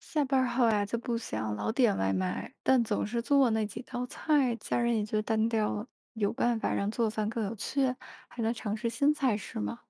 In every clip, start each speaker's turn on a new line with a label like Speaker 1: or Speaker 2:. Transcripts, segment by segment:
Speaker 1: 下班儿后呀、就不想老点外卖，但总是做那几道菜，家人也觉得单调了。有办法让做饭更有趣，还能尝试新菜式吗？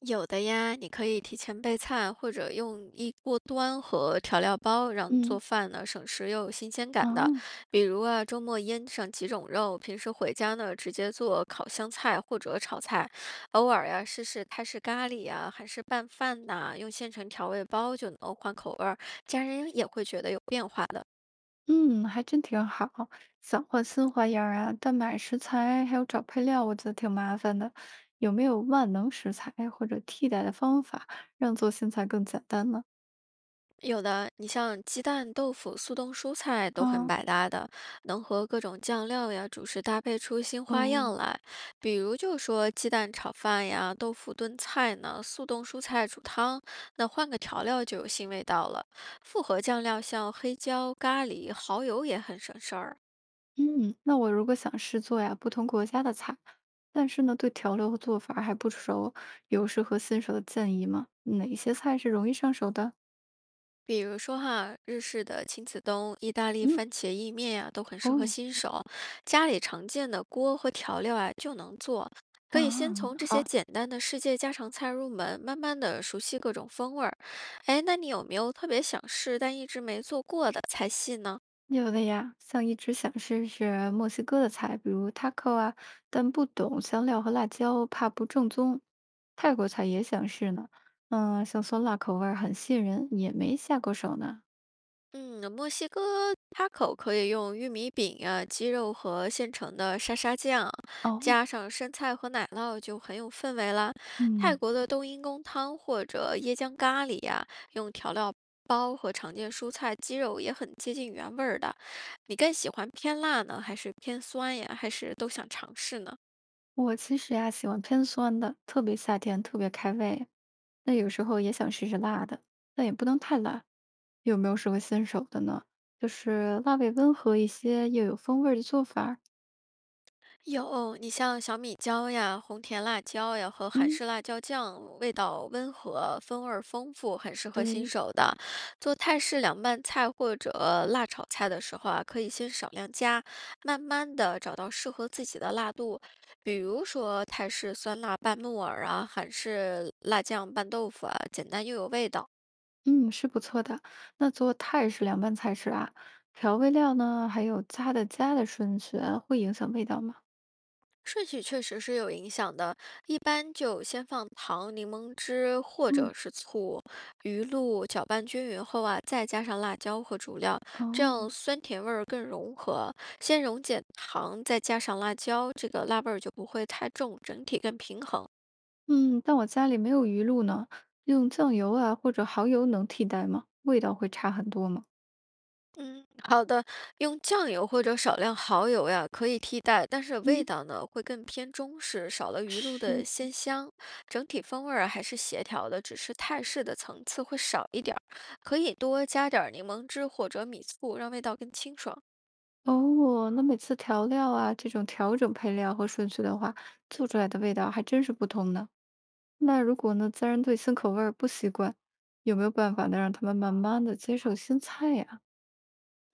Speaker 2: 有的呀，你可以提前备菜，或者用一锅端和调料包，让做
Speaker 1: 嗯。
Speaker 2: 饭呢省时又有新鲜感的。
Speaker 1: 哦。
Speaker 2: 比如啊，周末腌上几种肉，平时回家呢直接做烤香菜或者炒菜，偶尔呀试试泰式咖喱呀、韩式拌饭呐、用现成调味包就能换口味儿，家人也会觉得有变化的。
Speaker 1: 嗯，还真挺好。想换新花样儿啊，但买食材还有找配料，我觉得挺麻烦的。有没有万能食材或者替代的方法，让做新菜更简单呢？
Speaker 2: 有的，你像鸡蛋、豆腐、速冻蔬菜都很
Speaker 1: 啊。
Speaker 2: 百搭的，能和各种酱料呀、主食搭配出新花
Speaker 1: 哦。
Speaker 2: 样来。比如就说鸡蛋炒饭呀、豆腐炖菜呢、速冻蔬菜煮汤，那换个调料就有新味道了。复合酱料像黑椒、咖喱、蚝油也很省事儿。
Speaker 1: 嗯，那我如果想试做呀不同国家的菜，但是呢对调料和做法儿还不熟，有适合新手的建议吗？哪些菜是容易上手的？
Speaker 2: 比如说哈，日式的亲子冬、意大利
Speaker 1: 嗯。
Speaker 2: 番茄意面呀、都很适合
Speaker 1: 哦。
Speaker 2: 新手。家里常见的锅和调料啊，就能做。可以先
Speaker 1: 啊，
Speaker 2: 从这些
Speaker 1: 好。
Speaker 2: 简单的世界家常菜入门，慢慢的熟悉各种风味儿。哎，那你有没有特别想试但一直没做过的菜系呢？
Speaker 1: 有的呀，像一直想试试墨西哥的菜，比如 taco 啊，但不懂香料和辣椒，怕不正宗。泰国菜也想试呢，嗯，像酸辣口味儿很吸引人，也没下过手呢。
Speaker 2: 嗯，墨西哥 taco 可以用玉米饼呀，鸡肉和现成的沙沙酱，
Speaker 1: 哦。
Speaker 2: 加上生菜和奶酪，就很有氛围啦。泰
Speaker 1: 嗯。
Speaker 2: 国的冬阴功汤或者椰浆咖喱呀、用调料包和常见蔬菜、鸡肉也很接近原味儿的。你更喜欢偏辣呢，还是偏酸呀？还是都想尝试呢？
Speaker 1: 我其实呀，喜欢偏酸的，特别夏天特别开胃。那有时候也想试试辣的，但也不能太辣。有没有适合新手的呢？就是辣味温和一些又有风味儿的做法儿。
Speaker 2: 有，你像小米椒呀、红甜辣椒呀和韩
Speaker 1: 嗯。
Speaker 2: 式辣椒酱，味道温和，风味儿丰富，很适合新
Speaker 1: 对。
Speaker 2: 手的。做泰式凉拌菜或者辣炒菜的时候啊，可以先少量加，慢慢的找到适合自己的辣度。比如说泰式酸辣拌木耳啊，韩式辣酱拌豆腐啊，简单又有味道。
Speaker 1: 嗯，是不错的。那做泰式凉拌菜时啊，调味料呢，还有加的顺序啊会影响味道吗？
Speaker 2: 顺序确实是有影响的，一般就先放糖、柠檬汁或
Speaker 1: 嗯。
Speaker 2: 者是醋、鱼露，搅拌均匀后啊，再加上辣椒和主料，这
Speaker 1: 哦。
Speaker 2: 样酸甜味儿更融合。先溶解糖，再加上辣椒，这个辣味儿就不会太重，整体更平衡。
Speaker 1: 嗯，但我家里没有鱼露呢，用酱油啊或者蚝油能替代吗？味道会差很多吗？
Speaker 2: 嗯，好的，用酱油或者少量蚝油呀，可以替代，但是
Speaker 1: 嗯。
Speaker 2: 味道呢会更偏中式，少了鱼露
Speaker 1: 是。
Speaker 2: 的鲜香，整体风味儿啊还是协调的，只是泰式的层次会少一点儿，可以多加点儿柠檬汁或者米醋，让味道更清爽。
Speaker 1: 哦，那每次调料啊，这种调整配料和顺序的话，做出来的味道还真是不同呢。那如果呢，家人对新口味儿不习惯，有没有办法呢，让他们慢慢的接受新菜呀？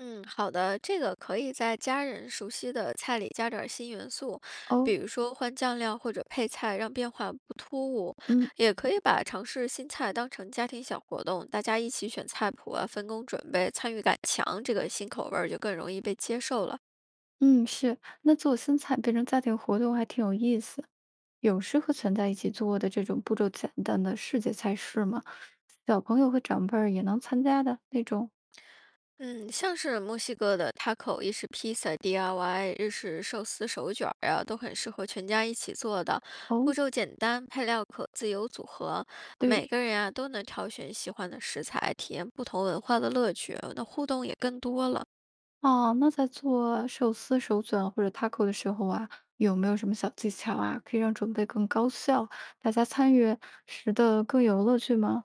Speaker 2: 嗯，好的，这个可以在家人熟悉的菜里加点儿新元素，
Speaker 1: 哦。
Speaker 2: 比如说换酱料或者配菜，让变化不突兀。
Speaker 1: 嗯。
Speaker 2: 也可以把尝试新菜当成家庭小活动，大家一起选菜谱啊，分工准备，参与感强，这个新口味儿就更容易被接受了。
Speaker 1: 嗯，是，那做新菜变成家庭活动还挺有意思。有适合存在一起做的这种步骤简单的世界菜式吗？小朋友和长辈儿也能参加的那种。
Speaker 2: 嗯，像是墨西哥的 taco、意式披萨、DIY、日式寿司手卷儿啊，都很适合全家一起做的，步
Speaker 1: 哦。
Speaker 2: 骤简单，配料可自由组合，
Speaker 1: 对。
Speaker 2: 每个人啊都能挑选喜欢的食材，体验不同文化的乐趣，那互动也更多了。
Speaker 1: 哦，那在做寿司手卷或者 taco 的时候啊，有没有什么小技巧啊，可以让准备更高效，大家参与时的更有乐趣吗？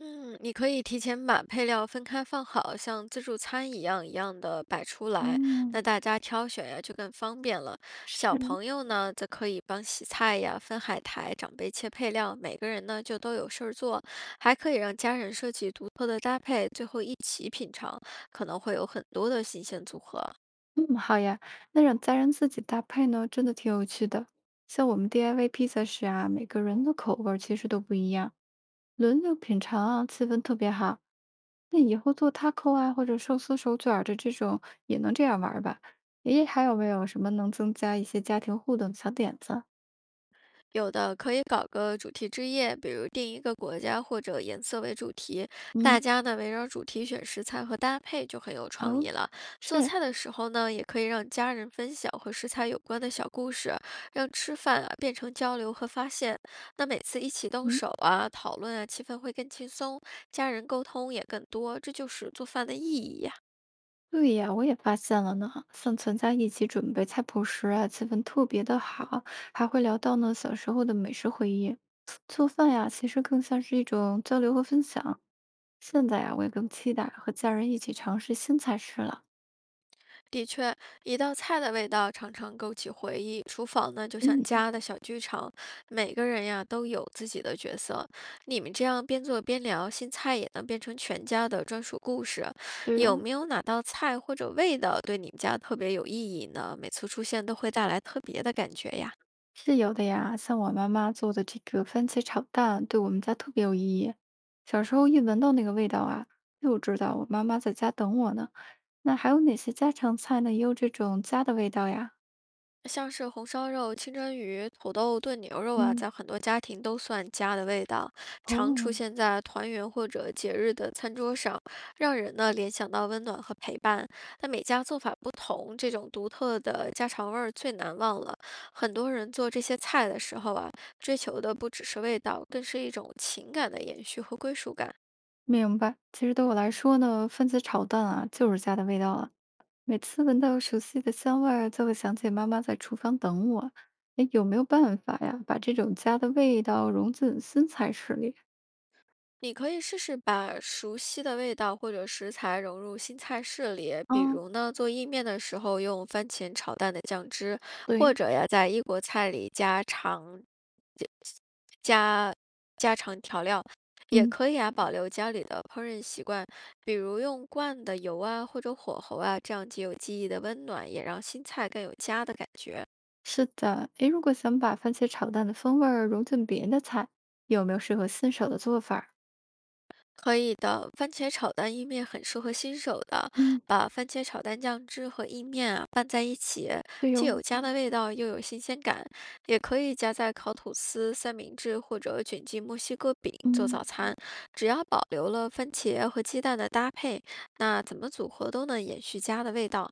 Speaker 2: 嗯，你可以提前把配料分开放好，像自助餐一样一样的摆出来，
Speaker 1: 嗯。
Speaker 2: 那大家挑选呀就更方便了。
Speaker 1: 是。
Speaker 2: 小朋友呢，则可以帮洗菜呀、分海苔，长辈切配料，每个人呢就都有事儿做，还可以让家人设计独特的搭配，最后一起品尝，可能会有很多的新鲜组合。
Speaker 1: 嗯，好呀。那让家人自己搭配呢，真的挺有趣的。像我们 DIY 披萨时啊，每个人的口味儿其实都不一样，轮流品尝啊，气氛特别好。那以后做 taco 啊，或者寿司手卷儿的这种，也能这样玩儿吧？诶，还有没有什么能增加一些家庭互动的小点子？
Speaker 2: 有的可以搞个主题之夜，比如定一个国家或者颜色为主题，
Speaker 1: 嗯。
Speaker 2: 大家呢围绕主题选食材和搭配就很有创意
Speaker 1: 哦。
Speaker 2: 了。做
Speaker 1: 是。
Speaker 2: 菜的时候呢，也可以让家人分享和食材有关的小故事，让吃饭啊变成交流和发现。那每次一起动
Speaker 1: 嗯。
Speaker 2: 手啊、讨论啊，气氛会更轻松，家人沟通也更多，这就是做饭的意义呀。
Speaker 1: 对呀，我也发现了呢。像全家一起准备菜谱时啊，气氛特别的好，还会聊到呢小时候的美食回忆。做饭呀，其实更像是一种交流和分享。现在呀，我也更期待和家人一起尝试新菜式了。
Speaker 2: 的确，一道菜的味道常常勾起回忆。厨房呢，就像
Speaker 1: 嗯。
Speaker 2: 家的小剧场，每个人呀都有自己的角色。你们这样边做边聊，新菜也能变成全家的专属故事。
Speaker 1: 对
Speaker 2: 有
Speaker 1: 哦。
Speaker 2: 没有哪道菜或者味道对你们家特别有意义呢？每次出现都会带来特别的感觉呀。
Speaker 1: 是有的呀。像我妈妈做的这个番茄炒蛋，对我们家特别有意义。小时候一闻到那个味道啊，就知道我妈妈在家等我呢。那还有哪些家常菜呢，也有这种家的味道呀？
Speaker 2: 像是红烧肉、清蒸鱼、土豆炖牛肉啊，
Speaker 1: 嗯。
Speaker 2: 在很多家庭都算家的味道，常出
Speaker 1: 哦。
Speaker 2: 现在团圆或者节日的餐桌上，让人呢联想到温暖和陪伴。但每家做法不同，这种独特的家常味儿最难忘了。很多人做这些菜的时候啊，追求的不只是味道，更是一种情感的延续和归属感。
Speaker 1: 明白。其实对我来说呢，番茄炒蛋啊，就是家的味道了。每次闻到熟悉的香味儿，就会想起妈妈在厨房等我。哎，有没有办法呀，把这种家的味道融进新菜式里？
Speaker 2: 你可以试试把熟悉的味道或者食材融入新菜式里，比
Speaker 1: 啊。
Speaker 2: 如呢，做意面的时候用番茄炒蛋的酱汁，或
Speaker 1: 对。
Speaker 2: 者呀，在异国菜里加加长调料，也
Speaker 1: 嗯。
Speaker 2: 可以啊，保留家里的烹饪习惯，比如用罐的油啊或者火候啊，这样既有记忆的温暖，也让新菜更有家的感觉。
Speaker 1: 是的。哎，如果想把番茄炒蛋的风味儿融进别的菜，有没有适合新手的做法儿。
Speaker 2: 可以的，番茄炒蛋意面很适合新手的。
Speaker 1: 嗯。
Speaker 2: 把番茄炒蛋酱汁和意面啊拌在一起，
Speaker 1: 对
Speaker 2: 既有
Speaker 1: 哟。
Speaker 2: 家的味道，又有新鲜感。也可以加在烤吐司、三明治或者卷进墨西哥饼做早
Speaker 1: 嗯。
Speaker 2: 餐。只要保留了番茄和鸡蛋的搭配，那怎么组合都能延续家的味道，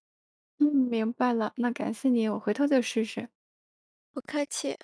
Speaker 1: 嗯，明白了，那感谢你，我回头再试试。
Speaker 2: 不客气。